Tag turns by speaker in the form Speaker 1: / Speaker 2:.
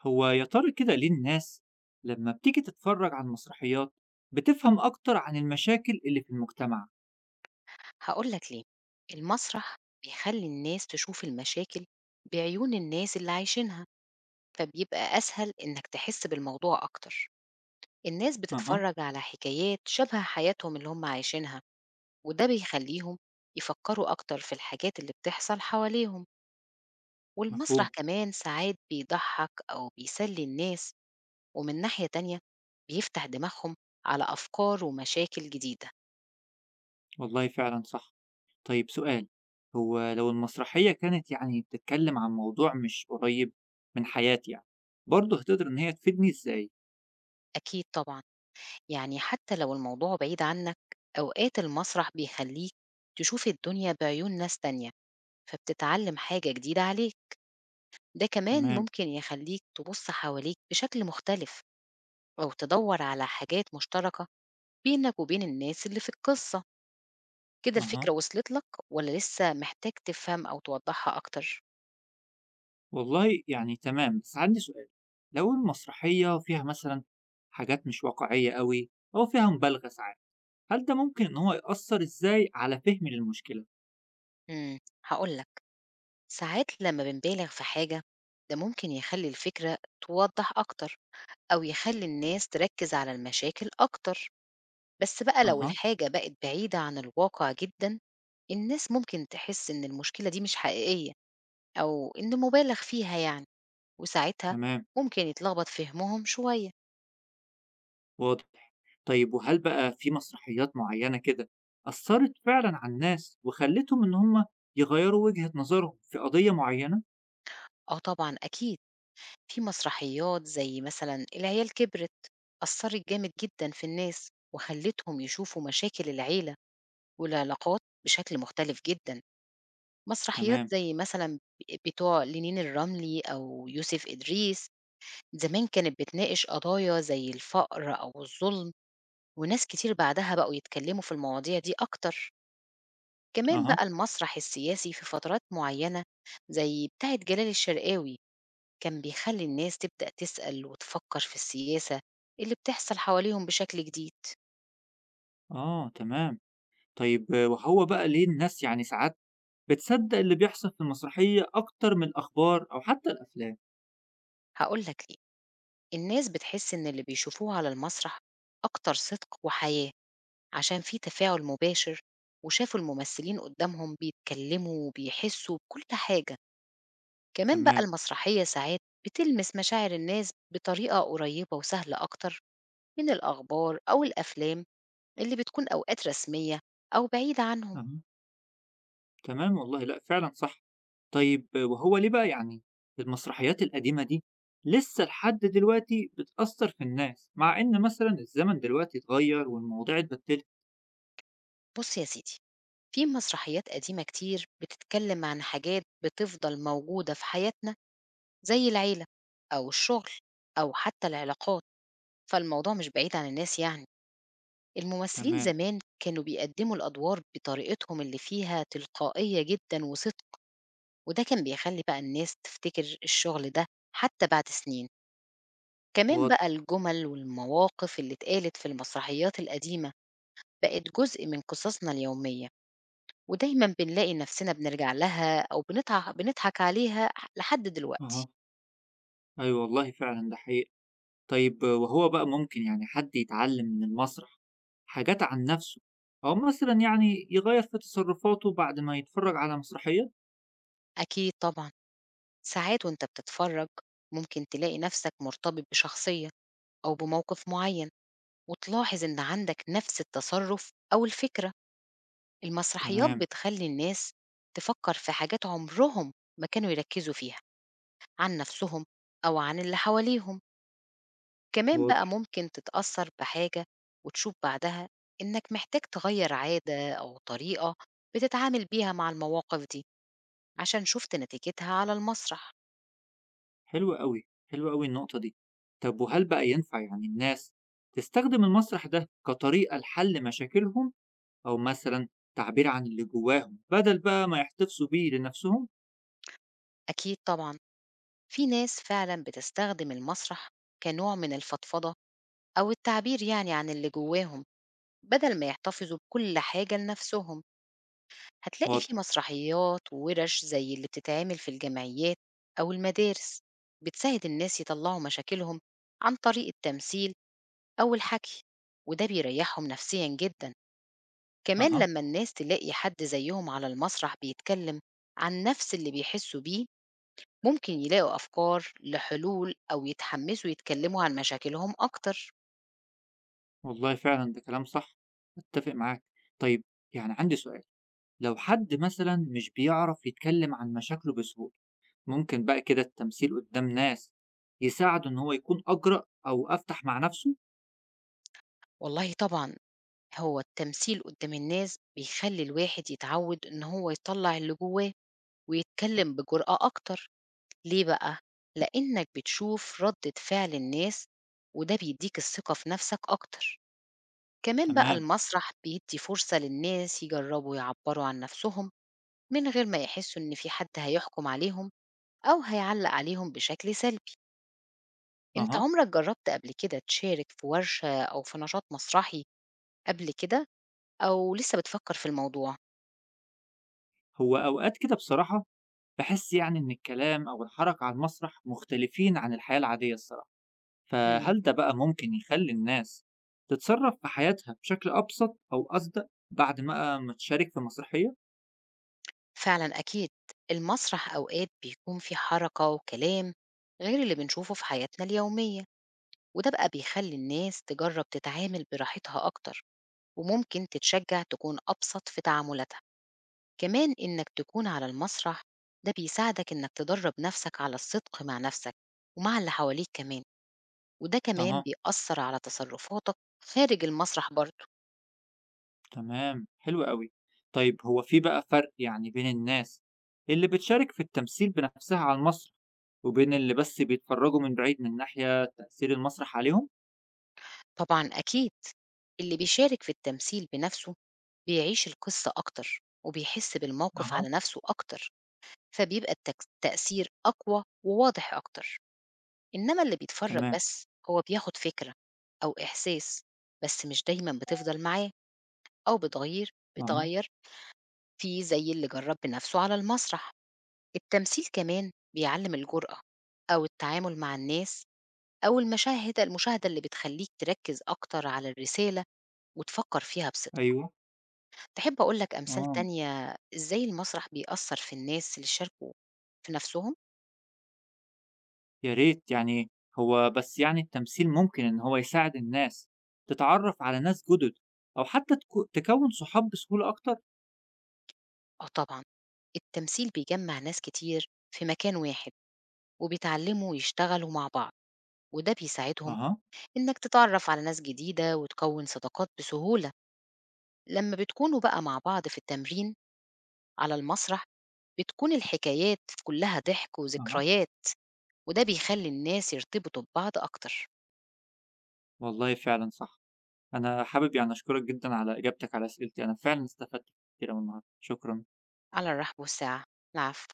Speaker 1: هو يا ترى كده ليه الناس لما بتيجي تتفرج على المسرحيات بتفهم أكتر عن المشاكل اللي في المجتمع؟
Speaker 2: هاقول لك ليه، المسرح بيخلّي الناس تشوف المشاكل بعيون الناس اللي عايشينها، فبيبقى أسهل إنك تحس بالموضوع أكتر. الناس
Speaker 1: أها.
Speaker 2: بتتفرّج على حكايات شبه حياتهم اللي هم عايشينها، وده بيخلّيهم يفكّروا أكتر في الحاجات اللي بتحصل حواليهم، والمسرح
Speaker 1: مفهوم.
Speaker 2: كمان ساعات بيضحّك أو بيسلّي الناس، ومن ناحية تانية بيفتح دماغهم على أفكار ومشاكل جديدة.
Speaker 1: والله فعلا صح. طيب، سؤال: هو لو المسرحية كانت يعني بتتكلم عن موضوع مش قريب من حياتي يعني، برضه هتقدر إن هي تفيدني إزاي؟
Speaker 2: أكيد طبعًا. يعني حتى لو الموضوع بعيد عنك، أوقات المسرح بيخليك تشوف الدنيا بعيون ناس تانية، فبتتعلم حاجة جديدة عليك. ده كمان
Speaker 1: تمام.
Speaker 2: ممكن يخليك تبص حواليك بشكل مختلف، أو تدور على حاجات مشتركة بينك وبين الناس اللي في القصة. كده
Speaker 1: أها.
Speaker 2: الفكرة وصلت لك، ولا لسه محتاج تفهم أو توضحها أكتر؟
Speaker 1: والله يعني تمام، بس عندي سؤال: لو المسرحية فيها مثلا حاجات مش واقعية قوي أو فيها مبالغة ساعات، هل ده ممكن إن هو يأثر إزاي على فهمي للمشكلة؟
Speaker 2: امم هقولك، ساعات لما بنبالغ في حاجة ده ممكن يخلي الفكرة توضح أكتر، أو يخلي الناس تركز على المشاكل أكتر. بس بقى لو
Speaker 1: أها.
Speaker 2: الحاجة بقت بعيدة عن الواقع جدًا، الناس ممكن تحس إن المشكلة دي مش حقيقية، أو إن مُبالغ فيها يعني، وساعتها
Speaker 1: تمام.
Speaker 2: ممكن يتلخبط فهمهم شوية.
Speaker 1: واضح. طيب، وهل بقى في مسرحيات معينة كده أثرت فعلا على الناس وخلتهم إن هم يغيروا وجهة نظرهم في قضية معينة؟
Speaker 2: آه طبعًا أكيد، في مسرحيات زي مثلًا العيال كبرت، أثّرت جامد جدًا في الناس وخلّتهم يشوفوا مشاكل العيلة والعلاقات بشكل مختلف جدًا. مسرحيات
Speaker 1: تمام.
Speaker 2: زي مثلًا بتوع لينين الرملي أو يوسف إدريس زمان كانت بتناقش قضايا زي الفقر أو الظلم، وناس كتير بعدها بقوا يتكلموا في المواضيع دي أكتر. كمان
Speaker 1: أها.
Speaker 2: بقى المسرح السياسي في فترات معينة، زي بتاعة جلال الشرقاوي، كان بيخلي الناس تبدأ تسأل وتفكر في السياسة اللي بتحصل حواليهم بشكل جديد.
Speaker 1: آه، تمام. طيب آه، وهو بقى ليه الناس يعني ساعات بتصدق اللي بيحصل في المسرحية أكتر من الأخبار أو حتى الأفلام؟
Speaker 2: هقولك ليه، الناس بتحس إن اللي بيشوفوه على المسرح أكتر صدق وحياة، عشان في تفاعل مباشر، وشافوا الممثلين قدامهم بيتكلموا وبيحسوا بكل حاجة. كمان بقى
Speaker 1: تمام.
Speaker 2: المسرحية ساعات بتلمس مشاعر الناس بطريقة قريبة وسهلة أكتر من الأخبار أو الأفلام اللي بتكون أوقات رسمية أو بعيدة عنهم.
Speaker 1: أها. تمام، والله لأ فعلًا صح. طيب، وهو ليه بقى يعني المسرحيات القديمة دي لسه لحد دلوقتي بتأثّر في الناس، مع إن مثلًا الزمن دلوقتي اتغيّر والمواضيع اتبدّلت؟
Speaker 2: بص يا سيدي، في مسرحيات قديمة كتير بتتكلم عن حاجات بتفضل موجودة في حياتنا، زي العيلة أو الشغل أو حتى العلاقات، فالموضوع مش بعيد عن الناس يعني. الممثلين
Speaker 1: تمام.
Speaker 2: زمان كانوا بيقدموا الأدوار بطريقتهم اللي فيها تلقائية جدا وصدق، وده كان بيخلّي بقى الناس تفتكر الشغل ده حتى بعد سنين. كمان بقى
Speaker 1: واضح.
Speaker 2: الجُمل والمواقف اللي اتقالت في المسرحيات القديمة بقت جزء من قصصنا اليومية، ودايمًا بنلاقي نفسنا بنرجع لها أو بنضحك عليها لحد دلوقتي.
Speaker 1: أها، أيوه والله فعلًا ده حقيقي. طيب، وهو بقى ممكن يعني حد يتعلّم من المسرح حاجات عن نَفْسه، أو مثلًا يعني يغيّر في تصرُّفاته بعد ما يتفرّج على مسرحية؟
Speaker 2: أكيد طبعًا، ساعات وأنت بتتفرّج ممكن تلاقي نفسك مرتبط بشخصية أو بموقف معيّن، وتلاحظ إن عندك نفس التصرُّف أو الفكرة. المسرحيات
Speaker 1: تمام.
Speaker 2: بتخلي الناس تفكر في حاجات عمرهم ما كانوا يركزوا فيها عن نفسهم أو عن اللي حواليهم. كمان بقى
Speaker 1: واضح.
Speaker 2: ممكن تتأثر بحاجة وتشوف بعدها إنك محتاج تغير عادة أو طريقة بتتعامل بيها مع المواقف دي، عشان شفت نتيجتها على المسرح.
Speaker 1: حلو أوي، حلو أوي النقطة دي. طب، وهل بقى ينفع يعني الناس تستخدم المسرح ده كطريقة لحل مشاكلهم، أو مثلًا تعبير عن اللي جواهم بدل بقى ما يحتفظوا بيه لنفسهم؟
Speaker 2: أكيد طبعا، في ناس فعلا بتستخدم المسرح كنوع من الفضفضة، أو التعبير يعني عن اللي جواهم، بدل ما يحتفظوا بكل حاجة لنفسهم. هتلاقي
Speaker 1: واضح.
Speaker 2: فيه مسرحيات وورش زي اللي بتتعمل في الجمعيات أو المدارس بتساعد الناس يطلعوا مشاكلهم عن طريق التمثيل أو الحكي، وده بيريحهم نفسيا جدا. كمان
Speaker 1: أها.
Speaker 2: لما الناس تلاقي حد زيهم على المسرح بيتكلم عن نفس اللي بيحسوا بيه، ممكن يلاقوا أفكار لحلول أو يتحمسوا يتكلموا عن مشاكلهم أكتر.
Speaker 1: والله فعلًا ده كلام صح، أتّفق معاك. طيب، يعني عندي سؤال: لو حد مثلًا مش بيعرف يتكلم عن مشاكله بسهولة، ممكن بقى كده التمثيل قدّام ناس يساعده إن هو يكون أجرأ أو أفتح مع نفسه؟
Speaker 2: والله طبعا، هو التمثيل قدام الناس بيخلي الواحد يتعود إن هو يطلع اللي جواه ويتكلم بجرأة أكتر. ليه بقى؟ لإنك بتشوف ردة فعل الناس، وده بيديك الثقة في نفسك أكتر. كمان بقى
Speaker 1: تمام.
Speaker 2: المسرح بيدي فرصة للناس يجربوا يعبروا عن نفسهم من غير ما يحسوا إن في حد هيحكم عليهم أو هيعلق عليهم بشكل سلبي. أنت
Speaker 1: أها.
Speaker 2: عمرك جربت قبل كده تشارك في ورشة أو في نشاط مسرحي قبل كده، أو لسه بتفكر في الموضوع؟
Speaker 1: هو أوقات كده بصراحة باحس يعني إن الكلام أو الحركة على المسرح مختلفين عن الحياة العادية الصراحة،
Speaker 2: مم.
Speaker 1: فهل ده بقى ممكن يخلّي الناس تتصرّف في حياتها بشكل أبسط أو أصدق بعد بقى ما تشارك في مسرحية؟
Speaker 2: فعلًا أكيد، المسرح أوقات بيكون فيه حركة وكلام غير اللي بنشوفه في حياتنا اليومية، وده بقى بيخلّي الناس تجرّب تتعامل براحتها أكتر، وممكن تتشجّع تكون أبسط في تعاملاتها. كمان إنك تكون على المسرح ده بيساعدك إنك تدرّب نَفْسك على الصدق مع نَفْسك ومع اللي حواليك كمان، وده كمان
Speaker 1: أها.
Speaker 2: بيأثّر على تصرفاتك خارج المسرح برضه.
Speaker 1: تمام. حلو أوي. طيب، هو في بقى فرق يعني بين الناس اللي بتشارك في التمثيل بنفسها على المسرح، وبين اللي بس بيتفرّجوا من بعيد، من ناحية تأثير المسرح عليهم؟
Speaker 2: طبعًا أكيد، اللي بيشارك في التمثيل بنَفْسه بيعيش القصة أكتر وبيحس بالموقف
Speaker 1: أها.
Speaker 2: على نفسه أكتر، فبيبقى التأثير أقوى وواضح أكتر. إنما اللي بيتفرج
Speaker 1: تمام.
Speaker 2: بس هو بياخد فكرة أو إحساس، بس مش دايما بتفضل معاه أو بتغير
Speaker 1: أها.
Speaker 2: بتغير في زي اللي جرب بنفسه على المسرح. التمثيل كمان بيعلم الجرأة أو التعامل مع الناس، أو المشاهدة اللي بتخليك تركز أكتر على الرسالة وتفكر فيها بصدق.
Speaker 1: أيوه.
Speaker 2: تحب أقول لك أمثال
Speaker 1: آه.
Speaker 2: تانية إزاي المسرح بيأثّر في الناس اللي شاركوا في نَفْسهم؟
Speaker 1: يا ريت يعني. هو بس يعني التمثيل ممكن إن هو يساعد الناس تتعرف على ناس جدد، أو حتى تكون صحاب بسهولة أكتر.
Speaker 2: آه طبعًا، التمثيل بيجمّع ناس كتير في مكان واحد، وبيتعلّموا يشتغلوا مع بعض، وده بيساعدهم
Speaker 1: أها،
Speaker 2: إنّك تتعرّف على ناس جديدة وتكوّن صداقات بسهولة. لمّا بتكونوا بقى مع بعض في التمرين على المسرح، بتكون الحكايات كلّها ضحك
Speaker 1: أها.
Speaker 2: وذكريات، وده بيخلّي الناس يرتبطوا ببعض أكتر.
Speaker 1: والله فعلا صح. أنا حابب يعني أشكرك جدا على إجابتك على أسئلتي، أنا فعلا استفدت كتير أوي النهاردة. شكرا.
Speaker 2: على الرحب والسعة، العفو.